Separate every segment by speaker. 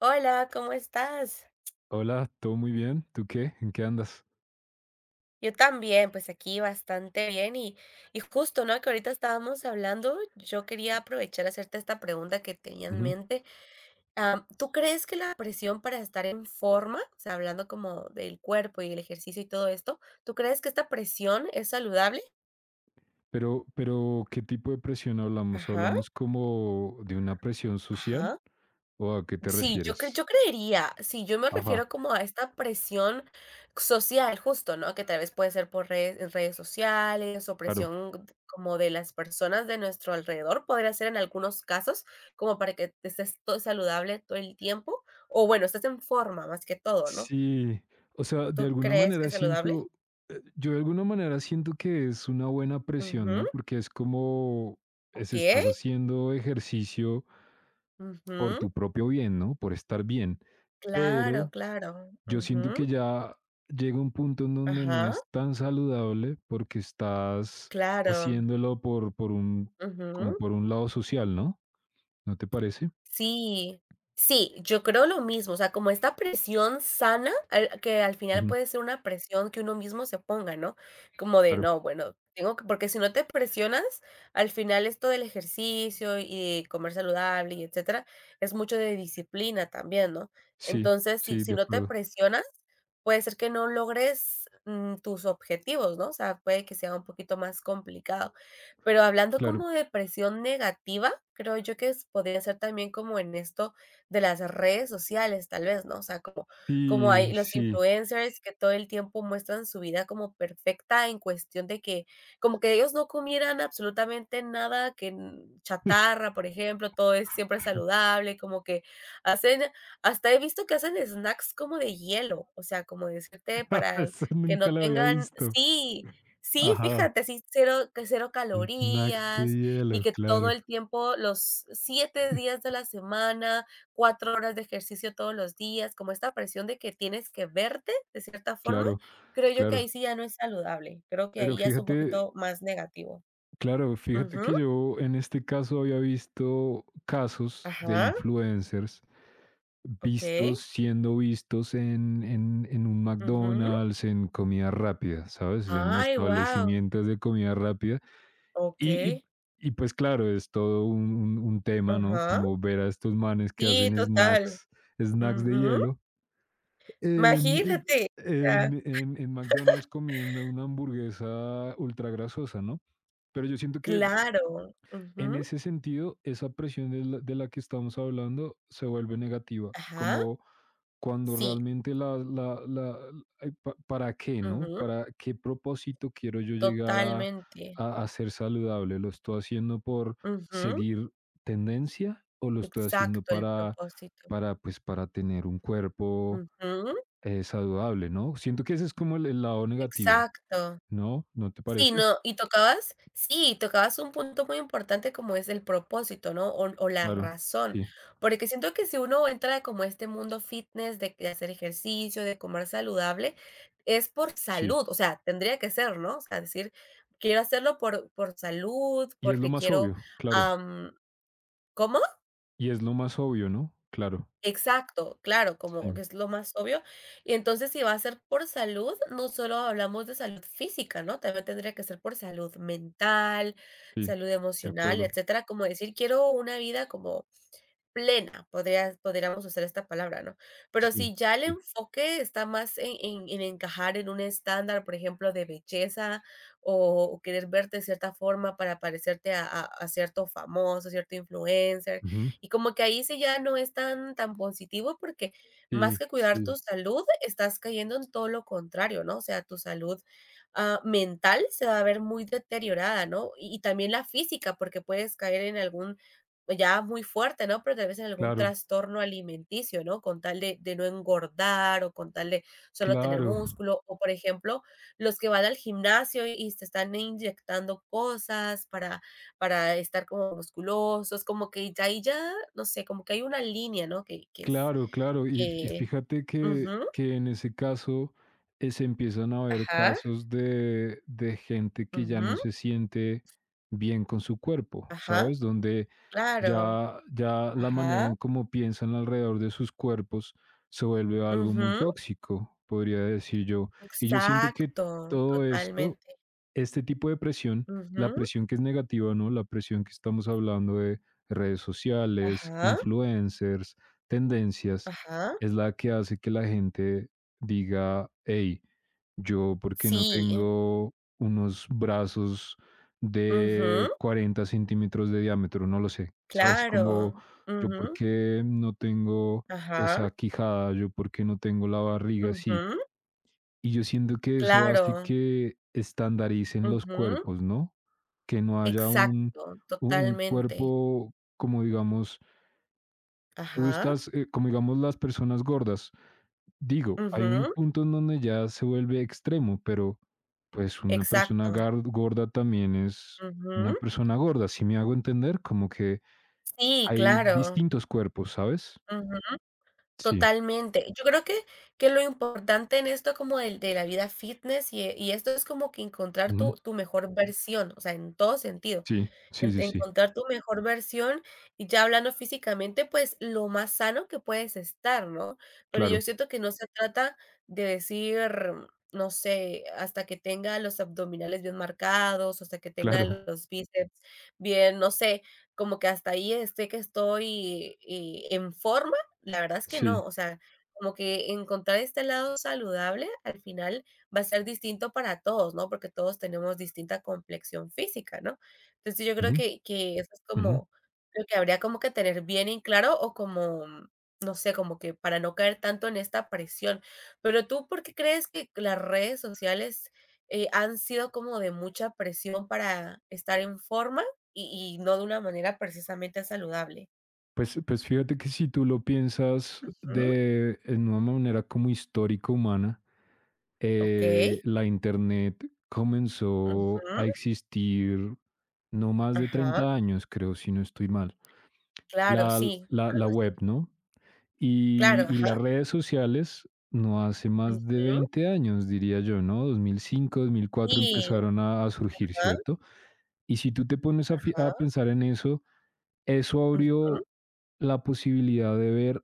Speaker 1: Hola, ¿cómo estás?
Speaker 2: Hola, todo muy bien. ¿Tú qué? ¿En qué andas?
Speaker 1: Yo también, pues aquí bastante bien y justo, ¿no? Que ahorita estábamos hablando, yo quería aprovechar a hacerte esta pregunta que tenía en
Speaker 2: Ujú.
Speaker 1: mente. ¿Tú crees que la presión para estar en forma, o sea, hablando como del cuerpo y el ejercicio y todo esto? ¿Tú crees que esta presión es saludable?
Speaker 2: Pero, ¿qué tipo de presión hablamos?
Speaker 1: Ajá,
Speaker 2: ¿Hablamos como de una presión social?
Speaker 1: ajá.
Speaker 2: ¿O a qué te
Speaker 1: Sí, yo
Speaker 2: refieres?
Speaker 1: creería, sí, yo me
Speaker 2: Ajá,
Speaker 1: refiero como a esta presión social, justo, ¿no? Que tal vez puede ser por redes sociales o
Speaker 2: claro.
Speaker 1: presión como de las personas de nuestro alrededor, podría ser en algunos casos, como para que estés todo saludable todo el tiempo, o bueno, estés en forma más que todo, ¿no?
Speaker 2: Sí, o sea, de
Speaker 1: ¿Tú
Speaker 2: alguna
Speaker 1: crees que
Speaker 2: manera
Speaker 1: es saludable?
Speaker 2: siento, yo de alguna manera siento que es una buena presión,
Speaker 1: Ujú,
Speaker 2: ¿no? Porque es como,
Speaker 1: okey,
Speaker 2: estás haciendo ejercicio por
Speaker 1: ujú,
Speaker 2: tu propio bien, ¿no? Por estar bien.
Speaker 1: claro,
Speaker 2: Pero,
Speaker 1: claro,
Speaker 2: yo siento que
Speaker 1: ujú,
Speaker 2: ya llega un punto en donde no
Speaker 1: ajá,
Speaker 2: es tan saludable, porque estás
Speaker 1: claro,
Speaker 2: haciéndolo por por un como
Speaker 1: ujú.
Speaker 2: por un lado social, ¿no? ¿No te parece?
Speaker 1: Sí, sí, yo creo lo mismo, o sea, como esta presión sana, al que al final
Speaker 2: Ujú,
Speaker 1: puede ser una presión que uno mismo se ponga, ¿no? Como de,
Speaker 2: claro.
Speaker 1: no, bueno, tengo que porque si no te presionas, al final esto del ejercicio y de comer saludable y etcétera, es mucho de disciplina también, ¿no?
Speaker 2: Sí,
Speaker 1: Entonces, si
Speaker 2: sí,
Speaker 1: si
Speaker 2: de
Speaker 1: no te
Speaker 2: acuerdo.
Speaker 1: presionas, puede ser que no logres tus objetivos, ¿no? O sea, puede que sea un poquito más complicado. Pero hablando
Speaker 2: Claro.
Speaker 1: como de presión negativa, creo yo que es podría ser también como en esto de las redes sociales, tal vez, ¿no? O sea, como hay
Speaker 2: Sí,
Speaker 1: los
Speaker 2: sí.
Speaker 1: influencers que todo el tiempo muestran su vida como perfecta en cuestión de que como que ellos no comieran absolutamente nada que n chatarra, por ejemplo, todo es siempre saludable, como que hacen hasta he visto que hacen snacks como de hielo, o sea, como decirte para
Speaker 2: Eso
Speaker 1: que
Speaker 2: nunca
Speaker 1: no
Speaker 2: lo había
Speaker 1: tengan
Speaker 2: visto.
Speaker 1: sí. Sí,
Speaker 2: Ajá,
Speaker 1: fíjate, sí, cero que cero
Speaker 2: snacks de
Speaker 1: calorías, y
Speaker 2: hielo,
Speaker 1: que todo
Speaker 2: claro,
Speaker 1: el tiempo, los 7 días de la semana, 4 horas de ejercicio todos los días, como esta presión de que tienes que verte de cierta forma,
Speaker 2: claro,
Speaker 1: creo yo que ahí
Speaker 2: claro.
Speaker 1: sí ya no es saludable, creo que
Speaker 2: Pero
Speaker 1: ahí ya es un
Speaker 2: fíjate
Speaker 1: poquito más negativo.
Speaker 2: claro, fíjate
Speaker 1: Ujú,
Speaker 2: que yo en este caso había visto casos de
Speaker 1: ajá,
Speaker 2: influencers Vistos
Speaker 1: okey,
Speaker 2: siendo vistos en en un
Speaker 1: ujú.
Speaker 2: McDonald's, en comida rápida, ¿sabes? En
Speaker 1: Ay, wow,
Speaker 2: establecimientos de comida rápida. Y y
Speaker 1: okey,
Speaker 2: y pues claro, es todo un tema, ¿no?
Speaker 1: ajá.
Speaker 2: Como ver a estos manes que
Speaker 1: Sí,
Speaker 2: hacen
Speaker 1: total,
Speaker 2: snacks de
Speaker 1: ujú.
Speaker 2: hielo en
Speaker 1: Imagínate, o
Speaker 2: en
Speaker 1: sea,
Speaker 2: en McDonald's comiendo una hamburguesa ultra grasosa, ¿no? Pero yo siento que
Speaker 1: claro,
Speaker 2: en
Speaker 1: ujú,
Speaker 2: ese sentido, esa presión de la que estamos hablando se vuelve negativa,
Speaker 1: ajá.
Speaker 2: como cuando
Speaker 1: Sí,
Speaker 2: realmente la la la ay, ¿pa para qué, no?
Speaker 1: ujú,
Speaker 2: ¿Para qué propósito quiero yo llegar a
Speaker 1: totalmente.
Speaker 2: ser saludable? ¿Lo estoy haciendo por
Speaker 1: Ujú,
Speaker 2: seguir tendencia o lo estoy haciendo
Speaker 1: exacto, el
Speaker 2: para
Speaker 1: propósito.
Speaker 2: para, pues, para tener un cuerpo,
Speaker 1: Ujú,
Speaker 2: saludable, ¿no? Siento que ese es como el lado negativo,
Speaker 1: exacto.
Speaker 2: ¿no? ¿No te
Speaker 1: Sí,
Speaker 2: parece?
Speaker 1: no, y tocabas sí, tocabas un punto muy importante como es el propósito, ¿no? O la
Speaker 2: Claro,
Speaker 1: razón,
Speaker 2: sí,
Speaker 1: porque siento que si uno entra como a este mundo fitness de que hacer ejercicio, de comer saludable, es por
Speaker 2: sí.
Speaker 1: salud, o sea, tendría que ser, ¿no? O sea, decir, quiero hacerlo por salud,
Speaker 2: Y es lo
Speaker 1: porque
Speaker 2: más
Speaker 1: quiero,
Speaker 2: obvio, claro.
Speaker 1: am ¿cómo?
Speaker 2: Y es lo más obvio, ¿no? Claro.
Speaker 1: Exacto, claro, como que
Speaker 2: Sí,
Speaker 1: es lo más obvio. Y entonces, si va a ser por salud, no solo hablamos de salud física, ¿no? También tendría que ser por salud mental,
Speaker 2: sí,
Speaker 1: salud
Speaker 2: de
Speaker 1: emocional,
Speaker 2: acuerdo.
Speaker 1: etcétera. Como decir, quiero una vida como plena, podríamos usar esta palabra, ¿no? Pero
Speaker 2: Sí,
Speaker 1: si ya el
Speaker 2: sí.
Speaker 1: enfoque está más en encajar en un estándar, por ejemplo, de belleza, o querer verte de cierta forma para parecerte a cierto famoso, cierto influencer,
Speaker 2: Ujú.
Speaker 1: y como que ahí sí ya no es tan positivo, porque más
Speaker 2: Sí,
Speaker 1: que cuidar tu
Speaker 2: sí,
Speaker 1: salud, estás cayendo en todo lo contrario, ¿no? O sea, tu salud mental se va a ver muy deteriorada, ¿no? Y también la física, porque puedes caer en algún pues, ya muy fuerte, ¿no? Pero tal vez en algún
Speaker 2: claro,
Speaker 1: trastorno alimenticio, ¿no? Con tal de no engordar, o con tal de solo tener
Speaker 2: claro.
Speaker 1: músculo, o, por ejemplo, los que van al gimnasio y se están inyectando cosas para estar como musculosos, como que ya ahí ya, no sé, como que hay una línea, ¿no? Que es
Speaker 2: Claro, claro. Y,
Speaker 1: que
Speaker 2: fíjate
Speaker 1: ujú,
Speaker 2: que en ese caso se empiezan a ver
Speaker 1: ajá,
Speaker 2: casos de gente que ya no
Speaker 1: ujú,
Speaker 2: se siente bien con su cuerpo,
Speaker 1: ajá,
Speaker 2: ¿sabes? Donde
Speaker 1: claro,
Speaker 2: ya la manera
Speaker 1: ajá,
Speaker 2: en cómo piensan alrededor de sus cuerpos se vuelve algo muy
Speaker 1: ujú,
Speaker 2: tóxico, podría decir yo. Y yo siento que
Speaker 1: exacto,
Speaker 2: todo esto
Speaker 1: totalmente,
Speaker 2: Este tipo de presión, la
Speaker 1: ujú,
Speaker 2: presión que es negativa, ¿no? La presión que estamos hablando de redes sociales,
Speaker 1: ajá,
Speaker 2: influencers, tendencias,
Speaker 1: ajá.
Speaker 2: es la que hace que la gente diga: "Hey, yo, ¿por qué no
Speaker 1: Sí,
Speaker 2: tengo unos brazos de
Speaker 1: ujú,
Speaker 2: 40 centímetros de diámetro?", no lo sé, ¿sabes? Como:
Speaker 1: claro,
Speaker 2: "Yo, ¿por
Speaker 1: ujú,
Speaker 2: qué no tengo
Speaker 1: ajá,
Speaker 2: esa quijada?, yo, ¿por qué no tengo la barriga así?".
Speaker 1: ujú,
Speaker 2: Y yo siento que eso hace
Speaker 1: claro,
Speaker 2: que estandaricen los
Speaker 1: ujú,
Speaker 2: cuerpos, ¿no? Que no haya un,
Speaker 1: exacto,
Speaker 2: un un
Speaker 1: totalmente,
Speaker 2: cuerpo como, digamos, tú
Speaker 1: ajá,
Speaker 2: estás, como, digamos, las personas gordas. Digo, hay un
Speaker 1: ujú,
Speaker 2: punto en donde ya se vuelve extremo, pero pues una persona
Speaker 1: exacto,
Speaker 2: gorda también es una
Speaker 1: ujú,
Speaker 2: persona gorda, si me hago entender, como que
Speaker 1: sí,
Speaker 2: hay
Speaker 1: claro,
Speaker 2: distintos cuerpos, ¿sabes?
Speaker 1: ujú,
Speaker 2: Sí,
Speaker 1: totalmente. Yo creo que lo importante en esto como del de la vida fitness y esto es como que encontrar
Speaker 2: ujú,
Speaker 1: tu mejor versión, o sea, en todo sentido.
Speaker 2: sí, sí, sí, sí,
Speaker 1: Encontrar tu mejor versión y ya hablando físicamente, pues lo más sano que puedes estar, ¿no? Pero yo
Speaker 2: claro,
Speaker 1: siento que no se trata de decir, no sé, hasta que tenga los abdominales bien marcados, hasta que tenga
Speaker 2: claro,
Speaker 1: los bíceps bien, no sé, como que hasta ahí esté que estoy en forma, la verdad es que no,
Speaker 2: sí,
Speaker 1: o sea, como que encontrar este lado saludable al final va a ser distinto para todos, ¿no? Porque todos tenemos distinta complexión física, ¿no? Entonces, yo creo
Speaker 2: ujú,
Speaker 1: que eso es
Speaker 2: ujú.
Speaker 1: como lo que habría como que tener bien en claro o como, no sé, como que para no caer tanto en esta presión. Pero tú, ¿por qué crees que las redes sociales han sido como de mucha presión para estar en forma y y no de una manera precisamente saludable?
Speaker 2: Pues fíjate que si tú lo piensas
Speaker 1: Ujú,
Speaker 2: de en una manera como histórica humana,
Speaker 1: okey.
Speaker 2: la Internet comenzó
Speaker 1: Ujú,
Speaker 2: a existir no más de
Speaker 1: ajá.
Speaker 2: 30 años, creo, si no estoy mal.
Speaker 1: Claro,
Speaker 2: La
Speaker 1: sí,
Speaker 2: la
Speaker 1: algo
Speaker 2: web,
Speaker 1: así.
Speaker 2: ¿no? Y
Speaker 1: Claro,
Speaker 2: y las
Speaker 1: ajá.
Speaker 2: redes sociales no hace más de
Speaker 1: Ujú.
Speaker 2: 20 años, diría yo, ¿no? 2005, 2004
Speaker 1: Sí,
Speaker 2: empezaron a surgir,
Speaker 1: ajá,
Speaker 2: ¿cierto? Y si tú te pones a
Speaker 1: ajá.
Speaker 2: pensar en eso, eso
Speaker 1: Ujú,
Speaker 2: abrió la posibilidad de ver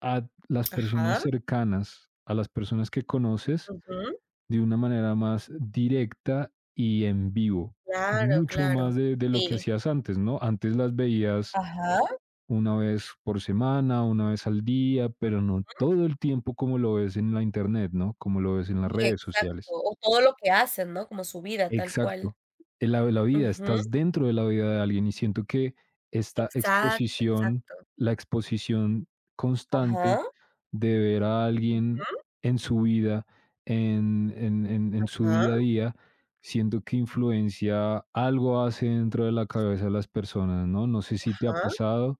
Speaker 2: a las personas
Speaker 1: ajá.
Speaker 2: cercanas, a las personas que conoces,
Speaker 1: Ujú.
Speaker 2: de una manera más directa y en vivo.
Speaker 1: Claro,
Speaker 2: Mucho más
Speaker 1: claro,
Speaker 2: de lo que
Speaker 1: sí.
Speaker 2: hacías antes, ¿no? Antes las veías
Speaker 1: Ajá.
Speaker 2: una vez por semana, una vez al día, pero no todo el tiempo como lo ves en la internet, ¿no? Como lo ves en las
Speaker 1: Sí,
Speaker 2: redes
Speaker 1: exacto.
Speaker 2: sociales.
Speaker 1: O todo lo que hacen, ¿no? Como su vida, tal cual.
Speaker 2: Exacto. En la vida,
Speaker 1: Ujú.
Speaker 2: estás dentro de la vida de alguien y siento que esta
Speaker 1: Exacto,
Speaker 2: exposición,
Speaker 1: exacto.
Speaker 2: la exposición constante
Speaker 1: Ajá.
Speaker 2: de ver a alguien en su vida, en su
Speaker 1: Ajá,
Speaker 2: día a día, siento que influencia algo hace dentro de la cabeza de las personas, ¿no? No sé si te ha
Speaker 1: ajá,
Speaker 2: pasado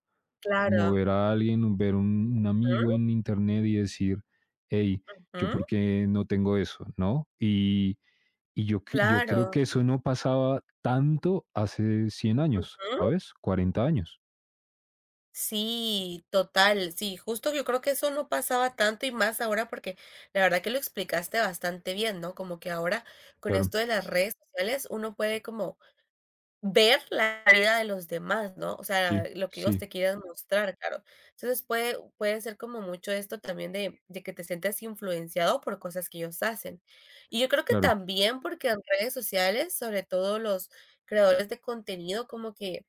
Speaker 2: como
Speaker 1: claro.
Speaker 2: ver a alguien, ver un amigo en internet y decir: "Hey,
Speaker 1: Ujú,
Speaker 2: yo,
Speaker 1: ujú,
Speaker 2: ¿por qué no tengo eso?", ¿no? Y yo creo
Speaker 1: claro.
Speaker 2: que eso no pasaba tanto hace 100 años,
Speaker 1: Ujú.
Speaker 2: ¿sabes?, 40 años.
Speaker 1: Sí, total. Sí, justo yo creo que eso no pasaba tanto y más ahora porque la verdad que lo explicaste bastante bien, ¿no? Como que ahora con
Speaker 2: Claro,
Speaker 1: esto de las redes sociales uno puede como ver la vida de los demás, ¿no? O sea,
Speaker 2: sí,
Speaker 1: lo que ellos te
Speaker 2: sí,
Speaker 1: quieran mostrar, claro. Entonces, puede ser como mucho esto también de que te sientas influenciado por cosas que ellos hacen. Y yo creo que
Speaker 2: claro.
Speaker 1: también porque en redes sociales, sobre todo los creadores de contenido, como que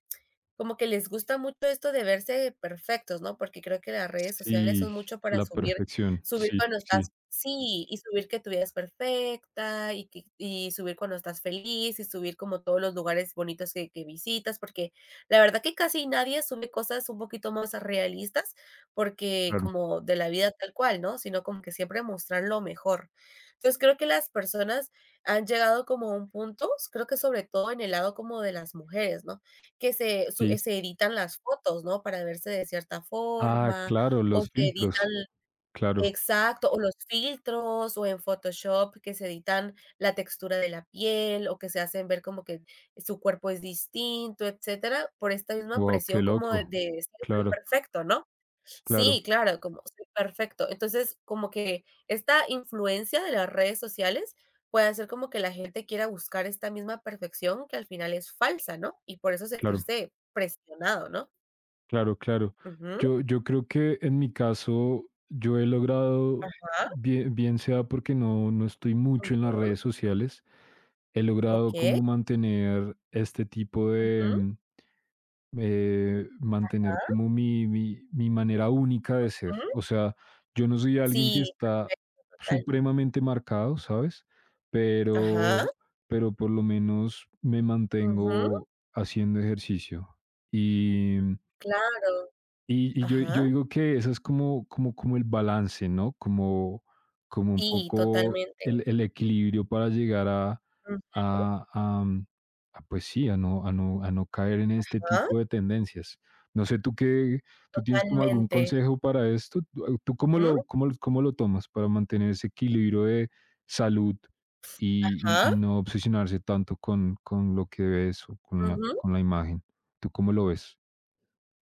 Speaker 1: como que les gusta mucho esto de verse perfectos, ¿no? Porque creo que las redes sociales son
Speaker 2: Sí,
Speaker 1: mucho para
Speaker 2: la perfección,
Speaker 1: subir
Speaker 2: sí,
Speaker 1: cuando estás
Speaker 2: sí,
Speaker 1: sí, y subir que tu vida es perfecta, y subir cuando estás feliz, y subir como todos los lugares bonitos que visitas, porque la verdad que casi nadie sube cosas un poquito más realistas, porque
Speaker 2: claro,
Speaker 1: como de la vida tal cual, ¿no? Sino como que siempre mostrar lo mejor. Entonces, creo que las personas han llegado como a un punto, creo que sobre todo en el lado como de las mujeres, ¿no? Que se su eh,
Speaker 2: sí.
Speaker 1: se editan las fotos, ¿no? Para verse de cierta
Speaker 2: Ah,
Speaker 1: forma,
Speaker 2: claro,
Speaker 1: o
Speaker 2: los
Speaker 1: se editan,
Speaker 2: filtros, claro.
Speaker 1: exacto, o los filtros, o en Photoshop que se editan la textura de la piel, o que se hacen ver como que su cuerpo es distinto, etcétera, por esta misma
Speaker 2: Wow, qué
Speaker 1: presión como de
Speaker 2: loco.
Speaker 1: de decir: "Soy
Speaker 2: Claro,
Speaker 1: perfecto", ¿no?
Speaker 2: claro,
Speaker 1: Sí, claro, como sí, perfecto. Entonces, como que esta influencia de las redes sociales puede hacer como que la gente quiera buscar esta misma perfección que al final es falsa, ¿no? Y por eso
Speaker 2: claro.
Speaker 1: sentirse presionado, ¿no?
Speaker 2: Claro, claro.
Speaker 1: Ujú,
Speaker 2: Yo creo que en mi caso yo he logrado,
Speaker 1: ajá,
Speaker 2: bien, bien sea porque no, no estoy mucho en las
Speaker 1: ujú,
Speaker 2: redes sociales, he logrado
Speaker 1: okey,
Speaker 2: como mantener este tipo de,
Speaker 1: ujú,
Speaker 2: mm, mantener
Speaker 1: ajá,
Speaker 2: como mi manera única de ser.
Speaker 1: ujú.
Speaker 2: O sea, yo no soy alguien que
Speaker 1: Sí,
Speaker 2: está
Speaker 1: perfecto, total.
Speaker 2: supremamente marcado, ¿sabes?
Speaker 1: Ajá,
Speaker 2: Pero, pero por lo menos me
Speaker 1: ujú,
Speaker 2: mantengo haciendo ejercicio.
Speaker 1: claro,
Speaker 2: Y yo, yo
Speaker 1: ajá.
Speaker 2: digo que eso es como, como como el balance, ¿no? Como como un
Speaker 1: Sí,
Speaker 2: poco
Speaker 1: totalmente.
Speaker 2: el equilibrio para llegar a a, mm, a, pues sí, a no caer en este
Speaker 1: Ajá,
Speaker 2: tipo de tendencias. No sé, ¿tú tienes como algún
Speaker 1: totalmente.
Speaker 2: consejo para esto? ¿Tú cómo
Speaker 1: Ujú,
Speaker 2: lo cómo lo cómo lo tomas para mantener ese equilibrio de salud y
Speaker 1: ajá,
Speaker 2: y no obsesionarse tanto con lo que ves o con la
Speaker 1: ujú.
Speaker 2: con la imagen? ¿Tú cómo lo ves?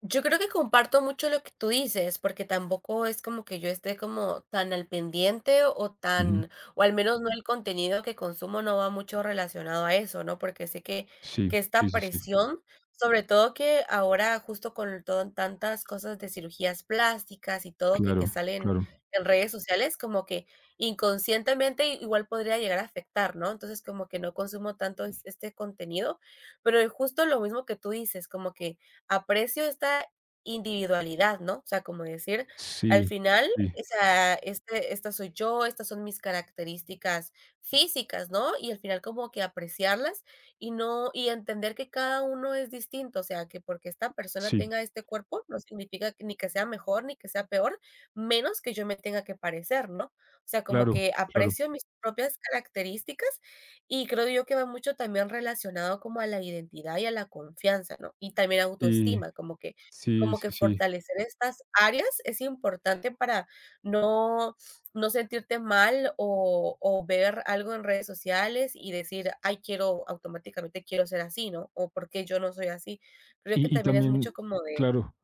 Speaker 1: Yo creo que comparto mucho lo que tú dices, porque tampoco es como que yo esté como tan al pendiente o
Speaker 2: Ujú.
Speaker 1: tan, o al menos no el contenido que consumo no va mucho relacionado a eso, ¿no? Porque sé que,
Speaker 2: Sí,
Speaker 1: que esta
Speaker 2: sí, sí, sí.
Speaker 1: presión, sobre todo que ahora justo con tantas cosas de cirugías plásticas y todo que
Speaker 2: Claro,
Speaker 1: salen
Speaker 2: claro.
Speaker 1: en redes sociales, como que inconscientemente igual podría llegar a afectar, ¿no? Entonces como que no consumo tanto este contenido, pero justo lo mismo que tú dices, como que aprecio esta individualidad, ¿no? O sea, como decir, al
Speaker 2: Sí,
Speaker 1: final,
Speaker 2: sí,
Speaker 1: o sea, esta soy yo, estas son mis características físicas, ¿no? Y al final como que apreciarlas y no, y entender que cada uno es distinto, o sea, que porque esta persona
Speaker 2: sí,
Speaker 1: tenga este cuerpo no significa ni que sea mejor ni que sea peor, menos que yo me tenga que parecer, ¿no? O sea, como
Speaker 2: claro,
Speaker 1: que
Speaker 2: claro.
Speaker 1: aprecio mis propias características y creo yo que va mucho también relacionado como a la identidad y a la confianza, ¿no? Y también
Speaker 2: Y
Speaker 1: autoestima, como que
Speaker 2: sí, sí, sí.
Speaker 1: fortalecer estas áreas es importante para no no sentirte mal o ver algo en redes sociales y decir: "Ay, quiero automáticamente quiero ser así", ¿no? O, porque yo no soy así?". Creo que
Speaker 2: Y
Speaker 1: también es mucho
Speaker 2: también,
Speaker 1: como de
Speaker 2: claro,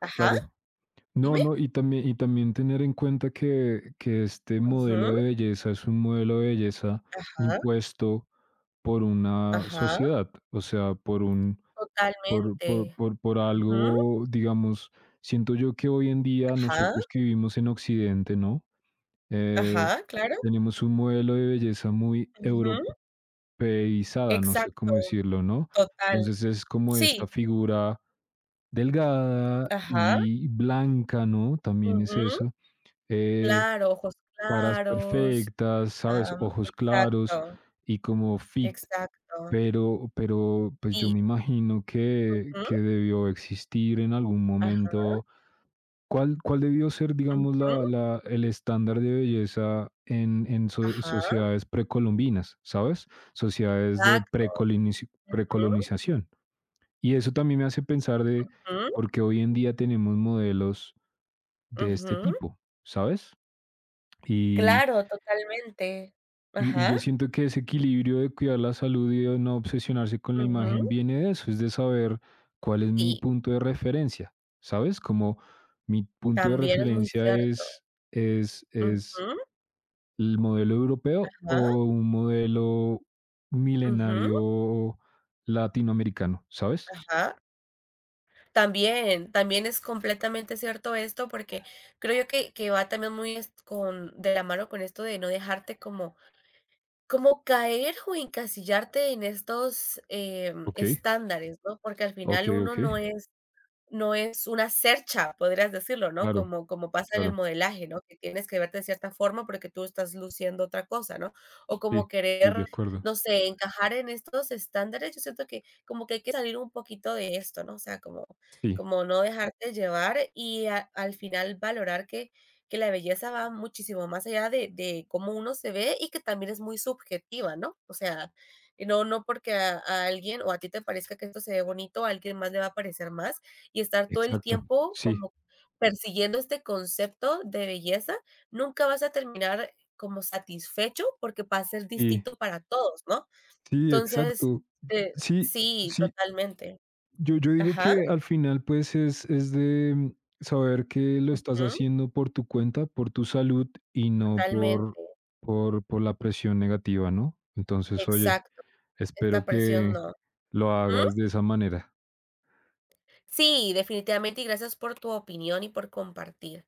Speaker 1: ajá,
Speaker 2: claro. No,
Speaker 1: dime.
Speaker 2: no, y también tener en cuenta que este modelo
Speaker 1: Ujú,
Speaker 2: de belleza es un modelo de belleza
Speaker 1: ajá,
Speaker 2: impuesto por una
Speaker 1: ajá,
Speaker 2: sociedad, o sea, por un,
Speaker 1: totalmente.
Speaker 2: por
Speaker 1: Ujú,
Speaker 2: algo, digamos, siento yo que hoy en día
Speaker 1: ajá,
Speaker 2: nosotros que vivimos en Occidente, ¿no? Eh,
Speaker 1: ajá, claro.
Speaker 2: tenemos un modelo de belleza muy europeizada, no sé cómo
Speaker 1: Exacto,
Speaker 2: decirlo, ¿no?
Speaker 1: total.
Speaker 2: Entonces es como
Speaker 1: Sí,
Speaker 2: esta figura delgada
Speaker 1: ajá,
Speaker 2: y blanca, ¿no? También es
Speaker 1: ujú,
Speaker 2: eso, eh,
Speaker 1: claro, ojos
Speaker 2: caras
Speaker 1: claros,
Speaker 2: perfectas, ¿sabes? Ojos claros
Speaker 1: exacto,
Speaker 2: y como fit.
Speaker 1: exacto.
Speaker 2: Pero pues yo
Speaker 1: Sí,
Speaker 2: me imagino que
Speaker 1: ujú,
Speaker 2: debió existir en algún
Speaker 1: ajá,
Speaker 2: momento. ¿Cuál, cuál debió ser, digamos,
Speaker 1: ujú,
Speaker 2: el estándar de belleza en so-
Speaker 1: ajá,
Speaker 2: sociedades precolombinas, ¿sabes? Sociedades de
Speaker 1: exacto,
Speaker 2: precolonización. Y eso también me hace pensar de
Speaker 1: ujú, ujú,
Speaker 2: por qué hoy en día tenemos modelos de este
Speaker 1: ujú.
Speaker 2: tipo, ¿sabes? Y
Speaker 1: Claro, totalmente.
Speaker 2: y
Speaker 1: Ajá,
Speaker 2: yo siento que ese equilibrio de cuidar la salud y de no obsesionarse con la imagen
Speaker 1: ujú,
Speaker 2: viene de eso, es de saber cuál es mi
Speaker 1: sí,
Speaker 2: punto de referencia, ¿sabes? Como mi punto de
Speaker 1: también es muy
Speaker 2: referencia
Speaker 1: cierto.
Speaker 2: es
Speaker 1: Ujú,
Speaker 2: el modelo europeo
Speaker 1: ajá,
Speaker 2: o un modelo
Speaker 1: ujú,
Speaker 2: milenario latinoamericano, ¿sabes?
Speaker 1: ajá. También, también es completamente cierto esto, porque creo yo que va también muy es con de la mano con esto de no dejarte como caer o encasillarte en estos
Speaker 2: Okey,
Speaker 1: estándares, ¿no? Porque al final
Speaker 2: okey,
Speaker 1: uno
Speaker 2: okey.
Speaker 1: no es una cercha, podrías decirlo, ¿no?
Speaker 2: Claro,
Speaker 1: Como pasa en el
Speaker 2: claro.
Speaker 1: modelaje, ¿no? Que tienes que verte de cierta forma porque tú estás luciendo otra cosa, ¿no? O como
Speaker 2: Sí, sí, de
Speaker 1: querer,
Speaker 2: acuerdo.
Speaker 1: no sé, encajar en estos estándares, yo siento que como que hay que salir un poquito de esto, ¿no? O sea, como
Speaker 2: Sí,
Speaker 1: como no dejarte llevar y a al final valorar que la belleza va muchísimo más allá de cómo uno se ve y que también es muy subjetiva, ¿no? O sea, no porque a alguien o a ti te parezca que esto se ve bonito, a alguien más le va a parecer más y estar todo el
Speaker 2: exacto.
Speaker 1: tiempo
Speaker 2: Sí,
Speaker 1: como persiguiendo este concepto de belleza, nunca vas a terminar como satisfecho porque va a ser
Speaker 2: y
Speaker 1: distinto para todos, ¿no?
Speaker 2: Sí,
Speaker 1: Entonces,
Speaker 2: exacto.
Speaker 1: eh,
Speaker 2: Sí,
Speaker 1: sí,
Speaker 2: sí,
Speaker 1: totalmente.
Speaker 2: yo digo
Speaker 1: Ajá,
Speaker 2: que al final, pues, es de mm, saber que lo estás
Speaker 1: ujú,
Speaker 2: haciendo por tu cuenta, por tu salud y no por,
Speaker 1: totalmente,
Speaker 2: por la presión negativa, ¿no? Entonces, oye,
Speaker 1: exacto,
Speaker 2: espero
Speaker 1: esta presión
Speaker 2: que
Speaker 1: no.
Speaker 2: lo
Speaker 1: Ujú.
Speaker 2: hagas de esa manera.
Speaker 1: Sí, definitivamente, y gracias por tu opinión y por compartir.